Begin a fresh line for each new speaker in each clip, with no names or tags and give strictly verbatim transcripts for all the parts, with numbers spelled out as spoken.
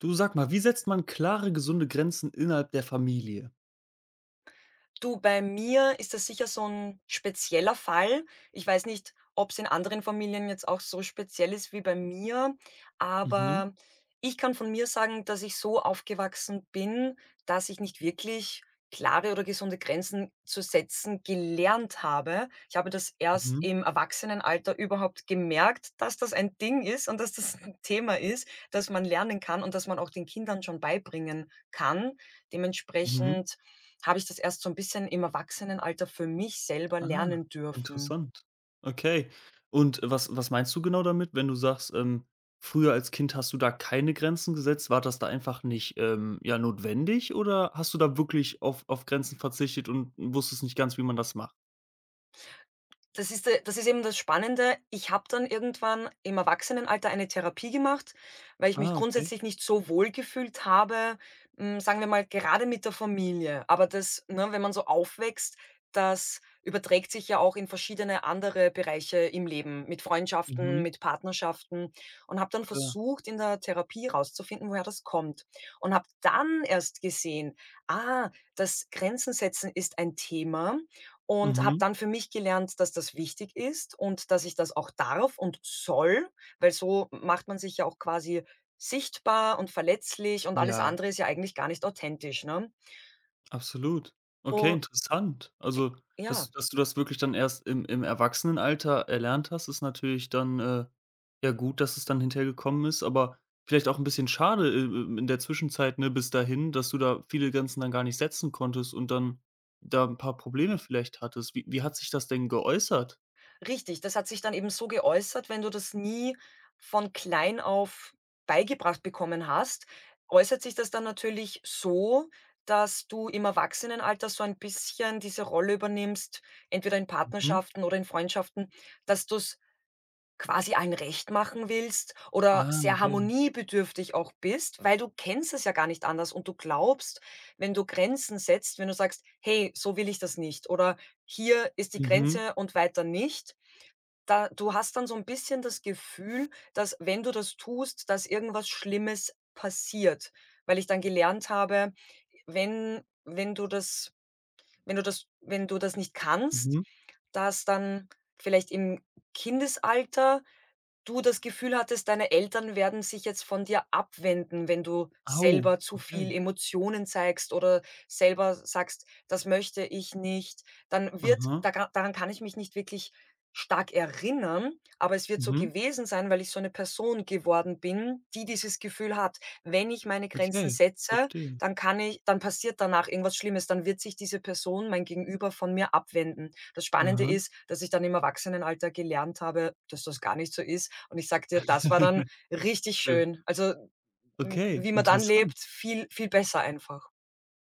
Du sag mal, wie setzt man klare, gesunde Grenzen innerhalb der Familie?
Du, bei mir ist das sicher so ein spezieller Fall. Ich weiß nicht, ob es in anderen Familien jetzt auch so speziell ist wie bei mir,
Mhm,
aber ich kann von mir sagen, dass ich so aufgewachsen bin, dass ich nicht wirklich klare oder gesunde Grenzen zu setzen gelernt habe. Ich habe das erst
mhm,
im Erwachsenenalter überhaupt gemerkt, dass das ein Ding ist und dass das ein Thema ist, das man lernen kann und das man auch den Kindern schon beibringen kann.
mhm.
Dementsprechend habe ich das erst so ein bisschen im Erwachsenenalter für mich selber
Ah,
lernen dürfen.
interessant. Okay. Und was was meinst du genau damit, wenn du sagst, ähm, früher als Kind hast du da keine Grenzen gesetzt? War das da einfach nicht, ähm, ja, notwendig oder hast du da wirklich auf auf Grenzen verzichtet und wusstest nicht ganz, wie man das macht?
Das ist de das ist eben das Spannende. Ich habe dann irgendwann im Erwachsenenalter eine Therapie gemacht, weil ich mich
Ah, okay.
grundsätzlich nicht so wohl gefühlt habe, hm, sagen wir mal, gerade mit der Familie. Aber das, ne, wenn man so aufwächst, das überträgt sich ja auch in verschiedene andere Bereiche im Leben, mit Freundschaften,
Mhm,
mit Partnerschaften, und habe dann
klar.
versucht, in der Therapie rauszufinden, woher das kommt, und habe dann erst gesehen: „Ah, das Grenzen setzen ist ein Thema“, und habe
Mhm.
dann für mich gelernt, dass das wichtig ist und dass ich das auch darf und soll, weil so macht man sich ja auch quasi sichtbar und verletzlich, und alles
Ja.
andere ist ja eigentlich gar nicht authentisch, ne?
Absolut.
U
Okay, interessant.
g
Also,
Ja,
dass dass du das wirklich dann erst im im Erwachsenenalter erlernt hast, ist natürlich dann, äh, ja gut, dass es dann hinterher gekommen ist, aber vielleicht auch ein bisschen schade, äh, ähm, in der Zwischenzeit, ne, bis dahin, dass du da viele Grenzen dann gar nicht setzen konntest und dann da ein paar Probleme vielleicht hattest. Wie wie hat sich das denn geäußert?
richtig. Das hat sich dann eben so geäußert: Wenn du das nie von klein auf beigebracht bekommen hast, äußert sich das dann natürlich so, dass du im Erwachsenenalter so ein bisschen diese Rolle übernimmst, entweder in
Mhm.
Partnerschaften oder in Freundschaften, dass du's quasi allen recht machen willst oder
Ah,
sehr
okay.
harmoniebedürftig auch bist, weil du kennst es ja gar nicht anders, und du glaubst, wenn du Grenzen setzt, wenn du sagst: „Hey, so will ich das nicht“ oder „Hier ist die
Mhm,
Grenze und weiter nicht“, da du hast dann so ein bisschen das Gefühl, dass, wenn du das tust, dass irgendwas Schlimmes passiert, weil ich dann gelernt habe, wenn wenn du das wenn du das wenn du das nicht kannst,
mhm.
dass dann vielleicht im Kindesalter du das Gefühl hattest, deine Eltern werden sich jetzt von dir abwenden, wenn du
Au,
selber zu viel
okay.
Emotionen zeigst oder selber sagst: „Das möchte ich nicht“, dann wird
Aha,
da daran kann ich mich nicht wirklich stark erinnern, aber es wird so
mhm,
gewesen sein, weil ich so eine Person geworden bin, die dieses Gefühl hat: Wenn ich meine Grenzen
okay,
setze,
verstehe.
dann kann ich dann passiert danach irgendwas Schlimmes, dann wird sich diese Person, mein Gegenüber, von mir abwenden. Das Spannende
Aha.
ist, dass ich dann im Erwachsenenalter gelernt habe, dass das gar nicht so ist, und ich sage dir, das war dann richtig schön. Also, w
Okay,
wie man dann
interessant.
lebt, viel viel besser einfach.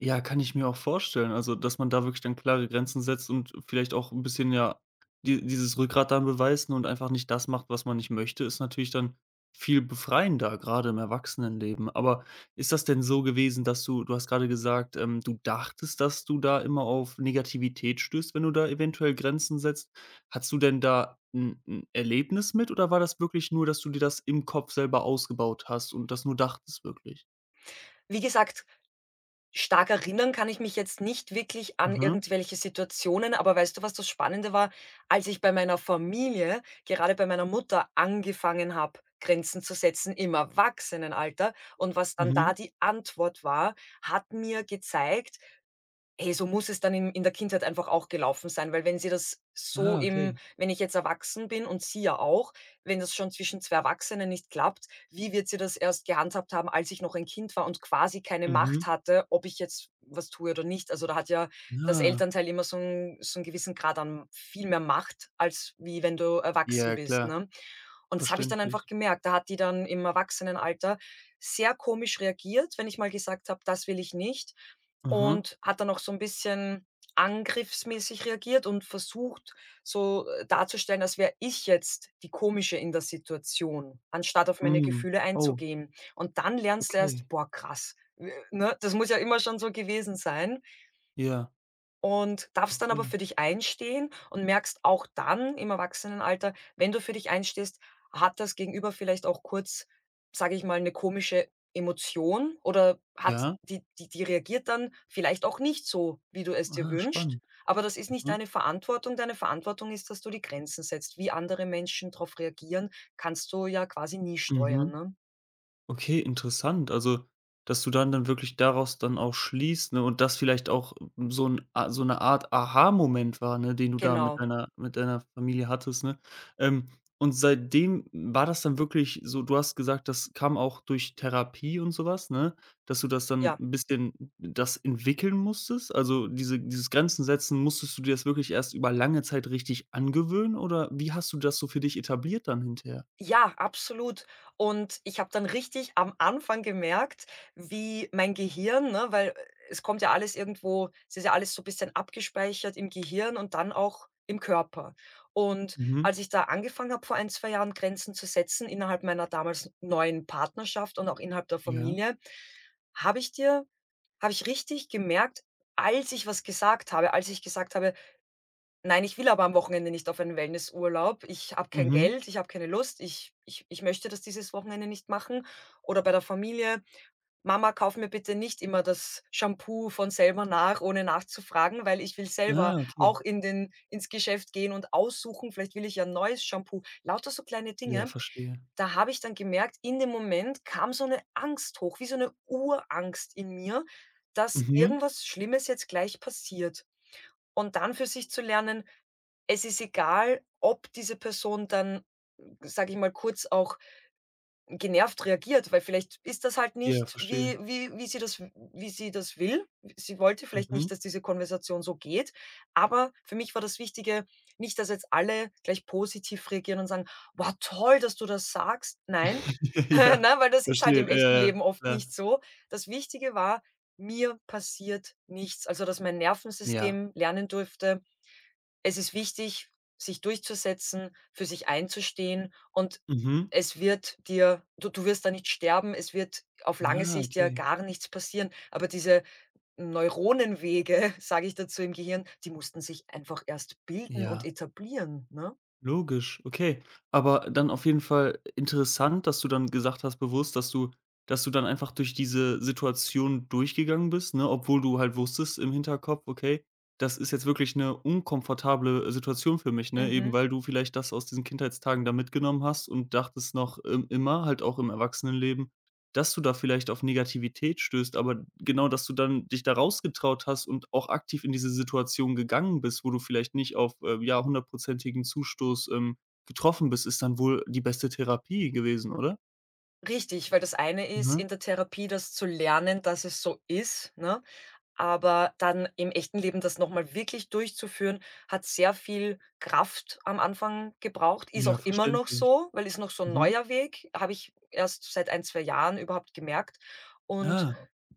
Ja, kann ich mir auch vorstellen. Also, dass man da wirklich dann klare Grenzen setzt und vielleicht auch ein bisschen, ja, die dieses Rückgrat dann beweisen und einfach nicht das macht, was man nicht möchte, ist natürlich dann viel befreiender, gerade im Erwachsenenleben. Aber ist das denn so gewesen, dass du du hast gerade gesagt, ähm, du dachtest, dass du da immer auf Negativität stößt, wenn du da eventuell Grenzen setzt. Hattest du denn da ein 'n Erlebnis mit oder war das wirklich nur, dass du dir das im Kopf selber ausgebaut hast und das nur dachtest wirklich?
Wie gesagt, stark erinnern kann ich mich jetzt nicht wirklich an
Mhm,
irgendwelche Situationen, aber weißt du, was das Spannende war? Als ich bei meiner Familie, gerade bei meiner Mutter, angefangen habe, Grenzen zu setzen im Erwachsenenalter, und was dann
mhm.
da die Antwort war, hat mir gezeigt: Hey, so muss es dann in in der Kindheit einfach auch gelaufen sein, weil wenn sie das so
Ah,
im
okay.
wenn ich jetzt erwachsen bin und sie ja auch, wenn das schon zwischen zwei Erwachsenen nicht klappt, wie wird sie das erst gehandhabt haben, als ich noch ein Kind war und quasi keine
Mhm.
Macht hatte, ob ich jetzt was tue oder nicht? Also, da hat ja das
Ja.
Elternteil immer so einen so einen gewissen Grad an viel mehr Macht, als wie wenn du erwachsen
Ja,
bist,
klar,
ne? Und das habe ich dann einfach
verständlich.
gemerkt. Da hat die dann im Erwachsenenalter sehr komisch reagiert, wenn ich mal gesagt habe: „Das will ich nicht.“
Aha.
Und hat dann auch so ein bisschen angriffsmäßig reagiert und versucht, so, äh, darzustellen, als wäre ich jetzt die Komische in der Situation, anstatt auf meine
Mhm.
Gefühle
Oh,
einzugehen. Und dann lernst du erst:
okay.
„Boah, krass, w ne, das muss ja immer schon so gewesen sein.“
Ja,
Und darfst dann aber
okay.
für dich einstehen und merkst auch dann im Erwachsenenalter: Wenn du für dich einstehst, hat das Gegenüber vielleicht auch kurz, sage ich mal, eine komische Emotion, oder hat
Ja.
die die die reagiert dann vielleicht auch nicht so, wie du es dir
Ah,
wünschst,
spannend.
aber das ist nicht
Mhm.
deine Verantwortung. Deine Verantwortung ist, dass du die Grenzen setzt. Wie andere Menschen darauf reagieren, kannst du ja quasi nie steuern,
Mhm.
ne?
Okay, interessant. Also, dass du dann dann wirklich daraus dann auch schließt, ne, und das vielleicht auch ähm, so 'n A so 'ne Art Aha-Moment war, ne, den du da mit
Genau,
deiner mit deiner Familie hattest, ne? Ähm, und seitdem war das dann wirklich so du hast gesagt, das kam auch durch Therapie und so was, ne, dass du das dann
ja.
'n bisschen das entwickeln musstest? Also, diese dieses Grenzen setzen, musstest du dir das wirklich erst über lange Zeit richtig angewöhnen oder wie hast du das so für dich etabliert dann hinterher?
Ja, absolut. Und ich habe dann richtig am Anfang gemerkt, wie mein Gehirn, ne, weil äh, es kommt ja alles irgendwo es ist ja alles so ein bisschen abgespeichert im Gehirn und dann auch im Körper. Und
Mhm.
als ich da angefangen habe, vor ein zwei Jahren Grenzen zu setzen innerhalb meiner damals neuen Partnerschaft und auch innerhalb der
Ja.
Familie, habe ich dir habe ich richtig gemerkt, als ich was gesagt habe als ich gesagt habe: Nein, ich will aber am Wochenende nicht auf einen Wellnessurlaub. Ich habe kein
Mhm.
Geld, ich habe keine Lust. Ich ich ich möchte das dieses Wochenende nicht machen. Oder bei der Familie: „Mama, kauf mir bitte nicht immer das Shampoo von selber nach, ohne nachzufragen, weil ich will selber
Ah, okay.
auch in den ins Geschäft gehen und aussuchen. Vielleicht will ich ja 'n neues Shampoo.“ Lauter so kleine
Ja,
Dinge.
verstehe.
Da habe ich dann gemerkt, in dem Moment kam so eine Angst hoch, wie so eine Urangst in mir, dass
Mhm.
irgendwas Schlimmes jetzt gleich passiert. Und dann für sich zu lernen: Es ist egal, ob diese Person dann, sage ich mal, kurz auch genervt reagiert, weil vielleicht ist das halt
Ja,
nicht, wie
verstehe.
wie wie sie das wie sie das will. Sie wollte vielleicht
Mhm.
nicht, dass diese Konversation so geht, aber für mich war das Wichtige nicht, dass jetzt alle gleich positiv reagieren und sagen: „Wow, toll, dass du das sagst.“ Nein,
Ja,
ne, weil das ist halt
verstehe.
im echten
Ja, ja,
Leben oft
klar.
nicht so. Das Wichtige war: Mir passiert nichts, also dass mein
Ja.
Nervensystem lernen durfte, es ist wichtig, sich durchzusetzen, für sich einzustehen, und
Mhm.
es wird dir du du wirst da nicht sterben, es wird auf lange
Ah,
Sicht ja
okay.
gar nichts passieren, aber diese Neuronenwege, sage ich dazu, im Gehirn, die mussten sich einfach erst bilden und
Ja,
etablieren, ne?
logisch. Okay. Aber dann auf jeden Fall interessant, dass du dann gesagt hast bewusst, dass du dass du dann einfach durch diese Situation durchgegangen bist, ne, obwohl du halt wusstest im Hinterkopf: „Okay, das ist jetzt wirklich eine unkomfortable Situation für mich“, ne, eben
Mhm.
weil du vielleicht das aus diesen Kindheitstagen da mitgenommen hast und dachtest noch, ähm, immer halt auch im Erwachsenenleben dass du da vielleicht auf Negativität stößt, aber genau, dass du dann dich da rausgetraut hast und auch aktiv in diese Situation gegangen bist, wo du vielleicht nicht auf, äh, ja, hundertprozentigen Zustoß, ähm, getroffen bist, ist dann wohl die beste Therapie gewesen, oder?
Richtig, weil das eine ist,
Mhm.
in der Therapie das zu lernen, dass es so ist, ne? Aber dann im echten Leben das noch mal wirklich durchzuführen, hat sehr viel Kraft am Anfang gebraucht, ist
Ja,
auch immer noch
verständlich.
so, weil ist noch so ein
Mhm.
neuer Weg, habe ich erst seit ein zwei Jahren überhaupt gemerkt. Und
Ah,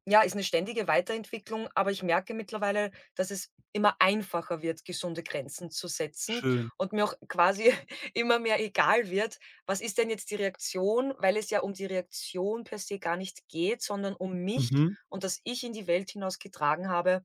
ja, ist eine ständige Weiterentwicklung, aber ich merke mittlerweile, dass es immer einfacher wird, gesunde Grenzen zu setzen,
schön.
und mir auch quasi immer mehr egal wird, was ist denn jetzt die Reaktion, weil es ja um die Reaktion per se gar nicht geht, sondern um mich,
Mhm.
und das ich in die Welt hinaus getragen habe,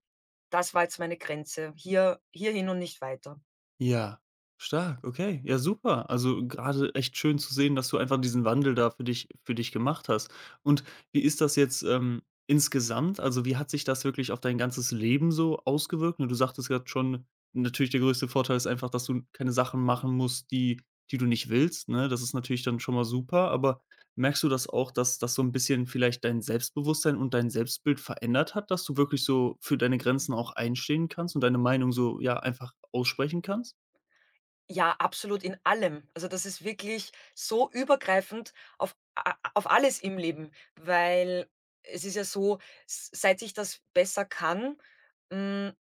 das war jetzt meine Grenze. Hier hierhin und nicht weiter.
Ja, stark, okay. Ja, super. Also gerade echt schön zu sehen, dass du einfach diesen Wandel da für dich für dich gemacht hast. Und wie ist das jetzt, ähm, insgesamt? Also, wie hat sich das wirklich auf dein ganzes Leben so ausgewirkt? Ne, du sagtest grad schon, natürlich der größte Vorteil ist einfach, dass du keine Sachen machen musst, die die du nicht willst, ne? Das ist natürlich dann schon mal super, aber merkst du das auch, dass das so ein bisschen vielleicht dein Selbstbewusstsein und dein Selbstbild verändert hat, dass du wirklich so für deine Grenzen auch einstehen kannst und deine Meinung so, ja, einfach aussprechen kannst?
Ja, absolut in allem. Also, das ist wirklich so übergreifend auf a auf alles im Leben, weil es ist ja so, s seit ich das besser kann, hm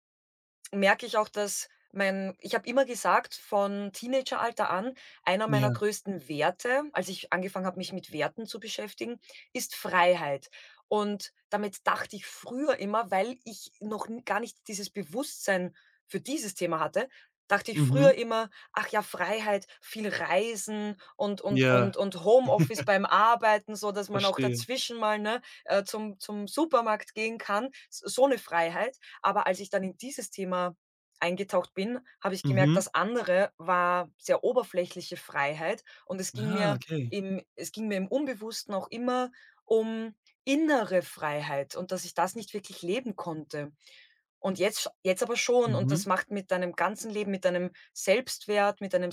merke ich auch, dass mein ich habe immer gesagt von Teenageralter an, einer meiner
Ja,
größten Werte, als ich angefangen habe, mich mit Werten zu beschäftigen, ist Freiheit. Und damit dachte ich früher immer, weil ich noch n gar nicht dieses Bewusstsein für dieses Thema hatte, dachte ich
mhm,
früher immer: „Ach ja, Freiheit, viel Reisen und und
ja,
und und Homeoffice beim Arbeiten, so dass man auch
verstehe.
dazwischen mal, ne, äh, zum zum Supermarkt gehen kann.“ S So eine Freiheit. Aber als ich dann in dieses Thema eingetaucht bin, habe ich gemerkt,
Mhm.
das andere war sehr oberflächliche Freiheit, und es ging
Ah,
mir
okay.
im es ging mir im Unbewussten auch immer um innere Freiheit und dass ich das nicht wirklich leben konnte. Und jetzt sch jetzt aber schon, und
Mhm,
das macht mit deinem ganzen Leben, mit deinem Selbstwert, mit deinem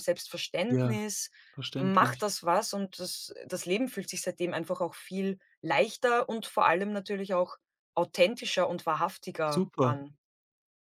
ja,
Selbstverständnis macht
verständlich.
das was, und das das Leben fühlt sich seitdem einfach auch viel leichter und vor allem natürlich auch authentischer und wahrhaftiger
Super.
an.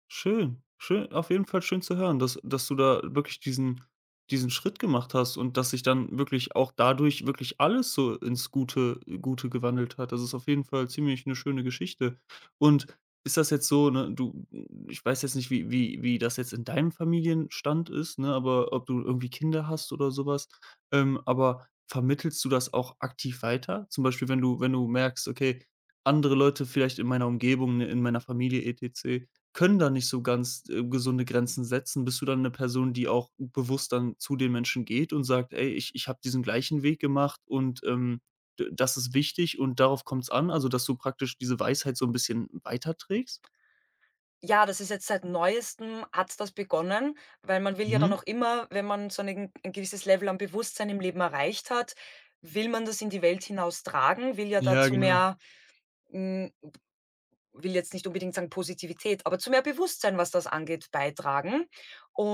Schön, schön, auf jeden Fall schön zu hören, dass dass du da wirklich diesen diesen Schritt gemacht hast und dass sich dann wirklich auch dadurch wirklich alles so ins Gute Gute gewandelt hat. Das ist auf jeden Fall ziemlich eine schöne Geschichte. Und ist das jetzt so, ne, du ich weiß jetzt nicht, wie wie wie das jetzt in deinem Familienstand ist, ne, aber ob du irgendwie Kinder hast oder sowas ähm, aber vermittelst du das auch aktiv weiter? Zum Beispiel, wenn du wenn du merkst: „Okay, andere Leute vielleicht in meiner Umgebung, ne, in meiner Familie et cetera können da nicht so ganz, äh, gesunde Grenzen setzen.“ Bist du dann eine Person, die auch bewusst dann zu den Menschen geht und sagt: „Ey, ich ich habe diesen gleichen Weg gemacht und, ähm, d das ist wichtig und darauf kommt es an.“ Also, dass du praktisch diese Weisheit so ein bisschen weiterträgst?
Ja, das ist jetzt seit Neuestem hat's das begonnen, weil man will ja dann
Mhm.
auch immer, wenn man so ein 'n gewisses Level an Bewusstsein im Leben erreicht hat, will man das in die Welt hinaustragen, will ja
Ja,
dazu
genau.
mehr, hm, will jetzt nicht unbedingt sagen Positivität, aber zu mehr Bewusstsein, was das angeht, beitragen.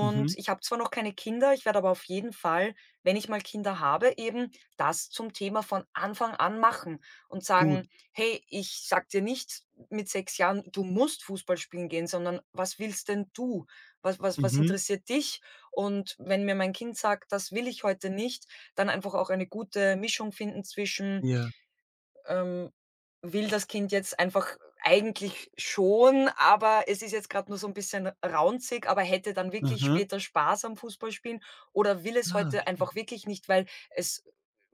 Mhm.
ich habe zwar noch keine Kinder, ich werde aber auf jeden Fall, wenn ich mal Kinder habe, eben das zum Thema von Anfang an machen und
Gut.
sagen: „Hey, ich sag dir nicht mit sechs Jahren, du musst Fußball spielen gehen, sondern was willst denn du? Was was was
Mhm.
interessiert dich?“ Und wenn mir mein Kind sagt: „Das will ich heute nicht“, dann einfach auch eine gute Mischung finden zwischen
Ja.
ähm, will das Kind jetzt einfach eigentlich schon, aber es ist jetzt gerade nur so 'n bisschen raunzig, aber hätte dann wirklich
Aha.
später Spaß am Fußballspielen, oder will es
Ah,
heute
okay.
einfach wirklich nicht, weil es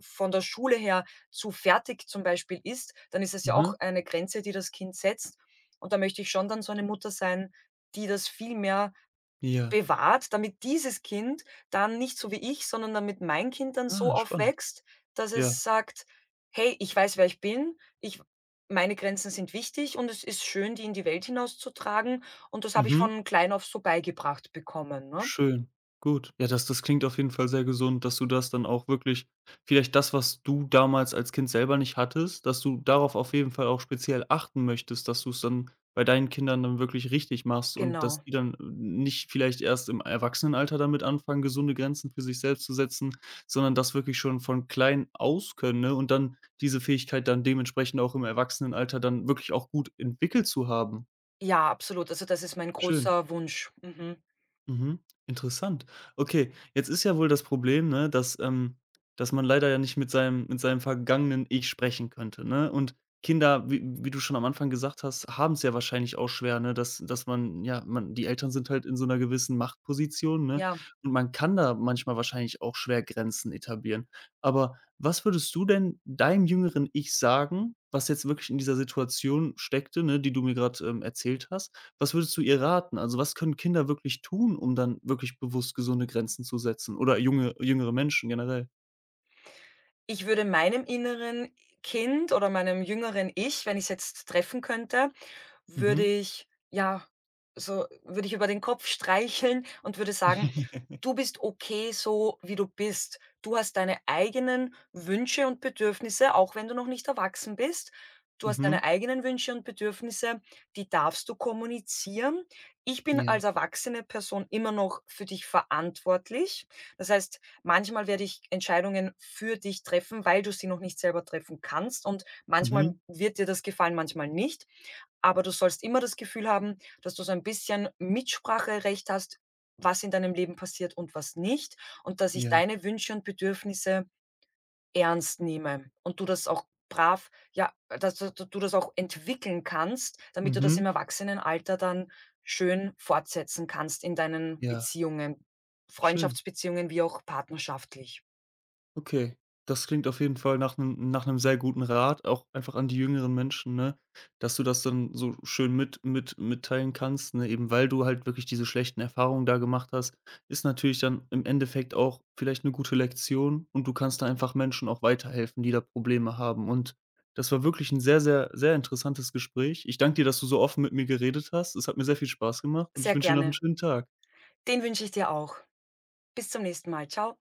von der Schule her zu fertig zum Beispiel ist, dann ist es ja auch
Aha.
eine Grenze, die das Kind setzt. Und da möchte ich schon dann so eine Mutter sein, die das viel mehr
Ja.
bewahrt, damit dieses Kind dann nicht so wie ich, sondern damit mein Kind dann
Ah,
so
spannend.
aufwächst, dass
Ja.
es sagt: „Hey, ich weiß, wer ich bin. Ich Meine Grenzen sind wichtig, und es ist schön, die in die Welt hinauszutragen.“ Und das habe ich
Mhm.
von klein auf so beigebracht bekommen, ne?
Schön, gut. Ja, das das klingt auf jeden Fall sehr gesund, dass du das dann auch wirklich vielleicht das, was du damals als Kind selber nicht hattest, dass du darauf auf jeden Fall auch speziell achten möchtest, dass du es dann bei deinen Kindern dann wirklich richtig machst und dass
Genau.
die dann äh, nicht vielleicht erst im Erwachsenenalter damit anfangen, gesunde Grenzen für sich selbst zu setzen, sondern das wirklich schon von klein aus können, ne, und dann diese Fähigkeit dann dementsprechend auch im Erwachsenenalter dann wirklich auch gut entwickelt zu haben.
Ja, absolut. Also, das ist mein
Schön.
großer Wunsch. Mhm.
Mhm, interessant. Okay, jetzt ist ja wohl das Problem, ne, dass, ähm dass man leider ja nicht mit seinem mit seinem vergangenen Ich sprechen könnte, ne? Und Kinder, wie wie du schon am Anfang gesagt hast, haben es ja wahrscheinlich auch schwer, ne, dass dass man ja, man die Eltern sind halt in so einer gewissen Machtposition, ne?
Ja.
Und man kann da manchmal wahrscheinlich auch schwer Grenzen etablieren. Aber was würdest du denn deinem jüngeren Ich sagen, was jetzt wirklich in dieser Situation steckte, ne, die du mir gerade ähm, erzählt hast? Was würdest du ihr raten? Also, was können Kinder wirklich tun, um dann wirklich bewusst gesunde Grenzen zu setzen oder junge jüngere Menschen generell?
Ich würde meinem inneren Kind oder meinem jüngeren Ich, wenn ich es jetzt treffen könnte, würde
Mhm.
ich ja, so würde ich über den Kopf streicheln und würde sagen: „Du bist okay, so wie du bist. Du hast deine eigenen Wünsche und Bedürfnisse, auch wenn du noch nicht erwachsen bist. Du hast
Mhm.
deine eigenen Wünsche und Bedürfnisse, die darfst du kommunizieren. Ich bin
Ja.
als erwachsene Person immer noch für dich verantwortlich.“ Das heißt, manchmal werde ich Entscheidungen für dich treffen, weil du sie noch nicht selber treffen kannst, und manchmal
Mhm.
wird dir das gefallen, manchmal nicht. Aber du sollst immer das Gefühl haben, dass du so ein bisschen Mitspracherecht hast, was in deinem Leben passiert und was nicht, und dass ich
Ja.
deine Wünsche und Bedürfnisse ernst nehme und du das auch brav, ja, dass du du das auch entwickeln kannst, damit du das
Mhm.
im Erwachsenenalter dann schön fortsetzen kannst in deinen
Ja.
Beziehungen,
Schön.
Freundschaftsbeziehungen wie auch partnerschaftlich.
Okay, das klingt auf jeden Fall nach einem nach einem sehr guten Rat, auch einfach an die jüngeren Menschen, ne, dass du das dann so schön mit mit mitteilen kannst, ne, eben weil du halt wirklich diese schlechten Erfahrungen da gemacht hast, ist natürlich dann im Endeffekt auch vielleicht eine gute Lektion und du kannst da einfach Menschen auch weiterhelfen, die da Probleme haben. Und das war wirklich ein sehr, sehr, sehr interessantes Gespräch. Ich danke dir, dass du so offen mit mir geredet hast. Es hat mir sehr viel Spaß gemacht und ich
Sehr
wünsche dir noch einen
gerne.
schönen Tag.
Den wünsche ich dir auch. Bis zum nächsten Mal. Ciao.